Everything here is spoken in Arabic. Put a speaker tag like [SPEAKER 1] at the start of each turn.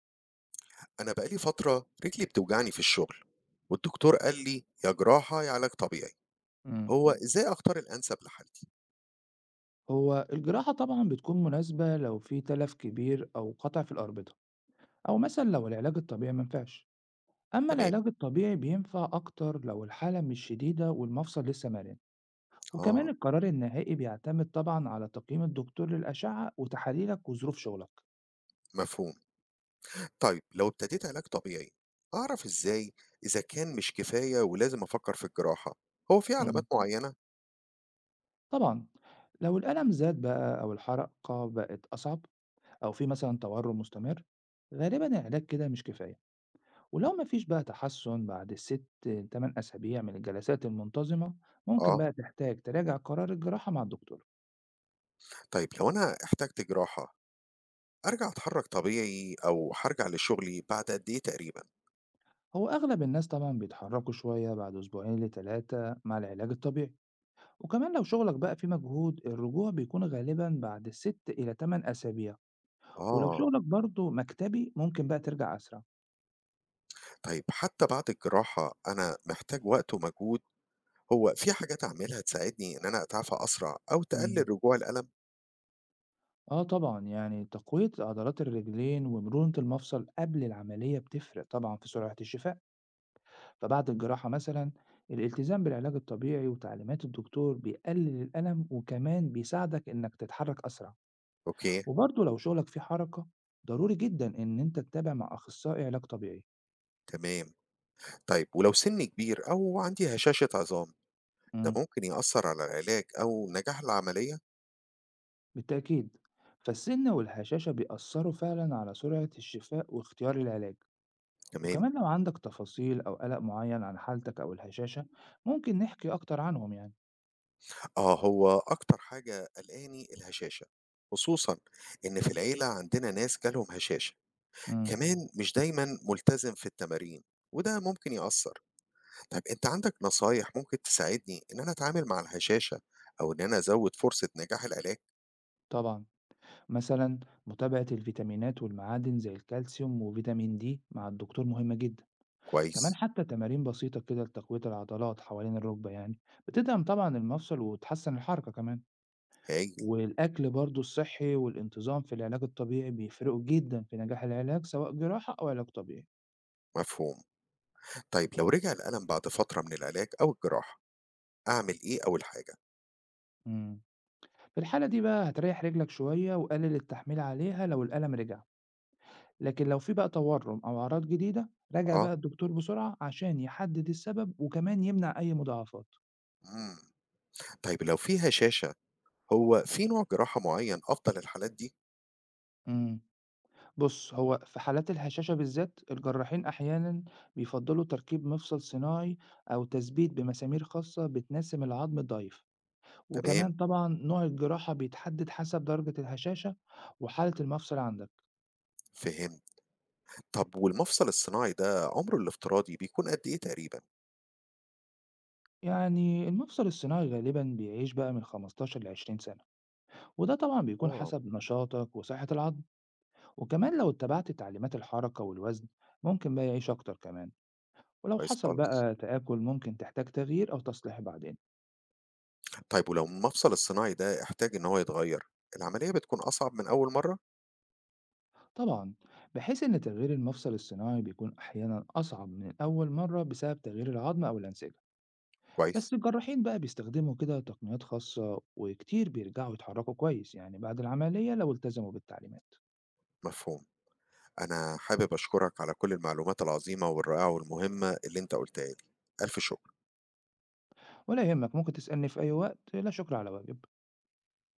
[SPEAKER 1] أنا بقالي فترة رجلي بتوجعني في الشغل، والدكتور قال لي يا جراحة يا علاج طبيعي.
[SPEAKER 2] إمم.
[SPEAKER 1] هو إزاي أختار الأنسب لحالتي؟
[SPEAKER 2] هو الجراحة طبعًا بتكون مناسبة لو في تلف كبير أو قطع في الأربطة، أو مثلًا لو العلاج الطبيعي ما نفعش، أما
[SPEAKER 1] تمام.
[SPEAKER 2] العلاج الطبيعي بينفع أكتر لو الحالة مش شديدة والمفصل لسه مرن، وكمان
[SPEAKER 1] آه،
[SPEAKER 2] القرار النهائي بيعتمد طبعًا على تقييم الدكتور للأشعة وتحاليلك وظروف شغلك.
[SPEAKER 1] مفهوم. طيب لو ابتديت علاج طبيعي، أعرف إزاي إذا كان مش كفاية ولازم أفكر في الجراحة؟ هو في
[SPEAKER 2] إمم.
[SPEAKER 1] علامات معينة؟
[SPEAKER 2] طبعًا لو الألم زاد بقى أو الحرقة بقت أصعب، أو في مثلًا تورم مستمر، غالبًا العلاج كده مش كفاية. ولو مفيش بقى تحسن بعد 6 8 أسابيع من الجلسات المنتظمة ممكن
[SPEAKER 1] آه.
[SPEAKER 2] بقى تحتاج تراجع قرار الجراحة مع الدكتور.
[SPEAKER 1] طيب لو أنا احتجت جراحة، أرجع أتحرك طبيعي أو هرجع لشغلي بعد قد إيه تقريبا؟
[SPEAKER 2] هو أغلب الناس طبعا بيتحركوا شوية بعد أسبوعين لتلاتة مع العلاج الطبيعي، وكمان لو شغلك بقى فيه مجهود الرجوع بيكون غالبا بعد 6 إلى 8 أسابيع. ولو
[SPEAKER 1] آه.
[SPEAKER 2] شغلك برضه مكتبي ممكن بقى ترجع أسرع.
[SPEAKER 1] طيب حتى بعد الجراحة أنا محتاج وقت ومجهود. هو في حاجات أعملها تساعدني إن أنا أتعافى أسرع أو
[SPEAKER 2] مم.
[SPEAKER 1] تقلل رجوع الألم؟
[SPEAKER 2] اه طبعا يعني تقوية عضلات الرجلين ومرونة المفصل قبل العملية بتفرق طبعا في سرعة الشفاء. فبعد الجراحة مثلا الالتزام بالعلاج الطبيعي وتعليمات الدكتور بيقلل الألم وكمان بيساعدك إنك تتحرك أسرع.
[SPEAKER 1] أوكي.
[SPEAKER 2] وبرضه لو شغلك فيه حركة ضروري جدا إن أنت تتابع مع أخصائي علاج طبيعي.
[SPEAKER 1] تمام. طيب ولو سني كبير أو عندي هشاشة عظام، ده
[SPEAKER 2] مم.
[SPEAKER 1] ممكن يأثر على العلاج أو نجاح العملية؟
[SPEAKER 2] بالتأكيد، فالسن والهشاشة بيأثروا فعلا على سرعة الشفاء واختيار العلاج.
[SPEAKER 1] تمام.
[SPEAKER 2] وكمان لو عندك تفاصيل أو قلق معين عن حالتك أو الهشاشة ممكن نحكي أكتر عنهم يعني.
[SPEAKER 1] آه، هو أكتر حاجة قلقاني الهشاشة، خصوصا إن في العيلة عندنا ناس جالهم هشاشة.
[SPEAKER 2] مم.
[SPEAKER 1] كمان مش دايما ملتزم في التمارين، وده ممكن يأثر. طيب أنت عندك نصايح ممكن تساعدني إن أنا أتعامل مع الهشاشة أو إن أنا أزود فرصة نجاح العلاج؟
[SPEAKER 2] طبعا، مثلا متابعة الفيتامينات والمعادن زي الكالسيوم وفيتامين دي مع الدكتور مهمة جدا. كمان
[SPEAKER 1] كويس.
[SPEAKER 2] حتى تمارين بسيطة كده لتقوية العضلات حوالين الركبة يعني بتدعم طبعا المفصل وتحسن الحركة كمان.
[SPEAKER 1] هاي.
[SPEAKER 2] والأكل برضو الصحي والانتظام في العلاج الطبيعي بيفرقوا جدا في نجاح العلاج سواء جراحة أو علاج طبيعي.
[SPEAKER 1] مفهوم. طيب لو رجع الألم بعد فترة من العلاج أو الجراحة، أعمل إيه أول حاجة؟
[SPEAKER 2] مم. في الحالة دي بقى هتريح رجلك شوية وقلل التحميل عليها لو الألم رجع. لكن لو في بقى تورم أو أعراض جديدة راجع
[SPEAKER 1] آه،
[SPEAKER 2] بقى الدكتور بسرعة عشان يحدد السبب وكمان يمنع أي مضاعفات.
[SPEAKER 1] إمم. طيب لو في هشاشة، هو في نوع جراحة معين أفضل الحالات دي؟
[SPEAKER 2] إمم. بُص، هو في حالات الهشاشة بالذات، الجراحين أحيانًا بيفضّلوا تركيب مفصل صناعي أو تثبيت بمسامير خاصة بتناسب العظم الضعيف،
[SPEAKER 1] تمام،
[SPEAKER 2] وكمان طبعًا نوع الجراحة بيتحدد حسب درجة الهشاشة وحالة المفصل عندك.
[SPEAKER 1] فهمت. طب والمفصل الصناعي ده عمره الافتراضي بيكون قد إيه تقريبًا؟
[SPEAKER 2] يعني المفصل الصناعي غالبًا بيعيش بقى من 15 ل20 سنة، وده طبعًا بيكون
[SPEAKER 1] آه،
[SPEAKER 2] حسب نشاطك وصحة العظم، وكمان لو اتبعت تعليمات الحركة والوزن ممكن بقى يعيش أكتر كمان، ولو
[SPEAKER 1] كويس
[SPEAKER 2] حصل
[SPEAKER 1] خالص.
[SPEAKER 2] بقى تآكل ممكن تحتاج تغيير أو تصليح بعدين.
[SPEAKER 1] طيب ولو المفصل الصناعي ده احتاج إن هو يتغير، العملية بتكون أصعب من أول مرة؟
[SPEAKER 2] طبعا، بحيث ان تغيير المفصل الصناعي بيكون احيانا اصعب من اول مره بسبب تغيير العظم او الانسجه. بس
[SPEAKER 1] كويس،
[SPEAKER 2] الجراحين بقى بيستخدموا كده تقنيات خاصه وكتير بيرجعوا يتحركوا كويس يعني بعد العمليه لو التزموا بالتعليمات.
[SPEAKER 1] مفهوم. أنا حابب أشكرك على كل المعلومات العظيمة والرائعة والمهمة اللي أنت قُلتها لي. ألف شكر.
[SPEAKER 2] ولا يهمك، ممكن تسالني في اي وقت، لا شكر على واجب.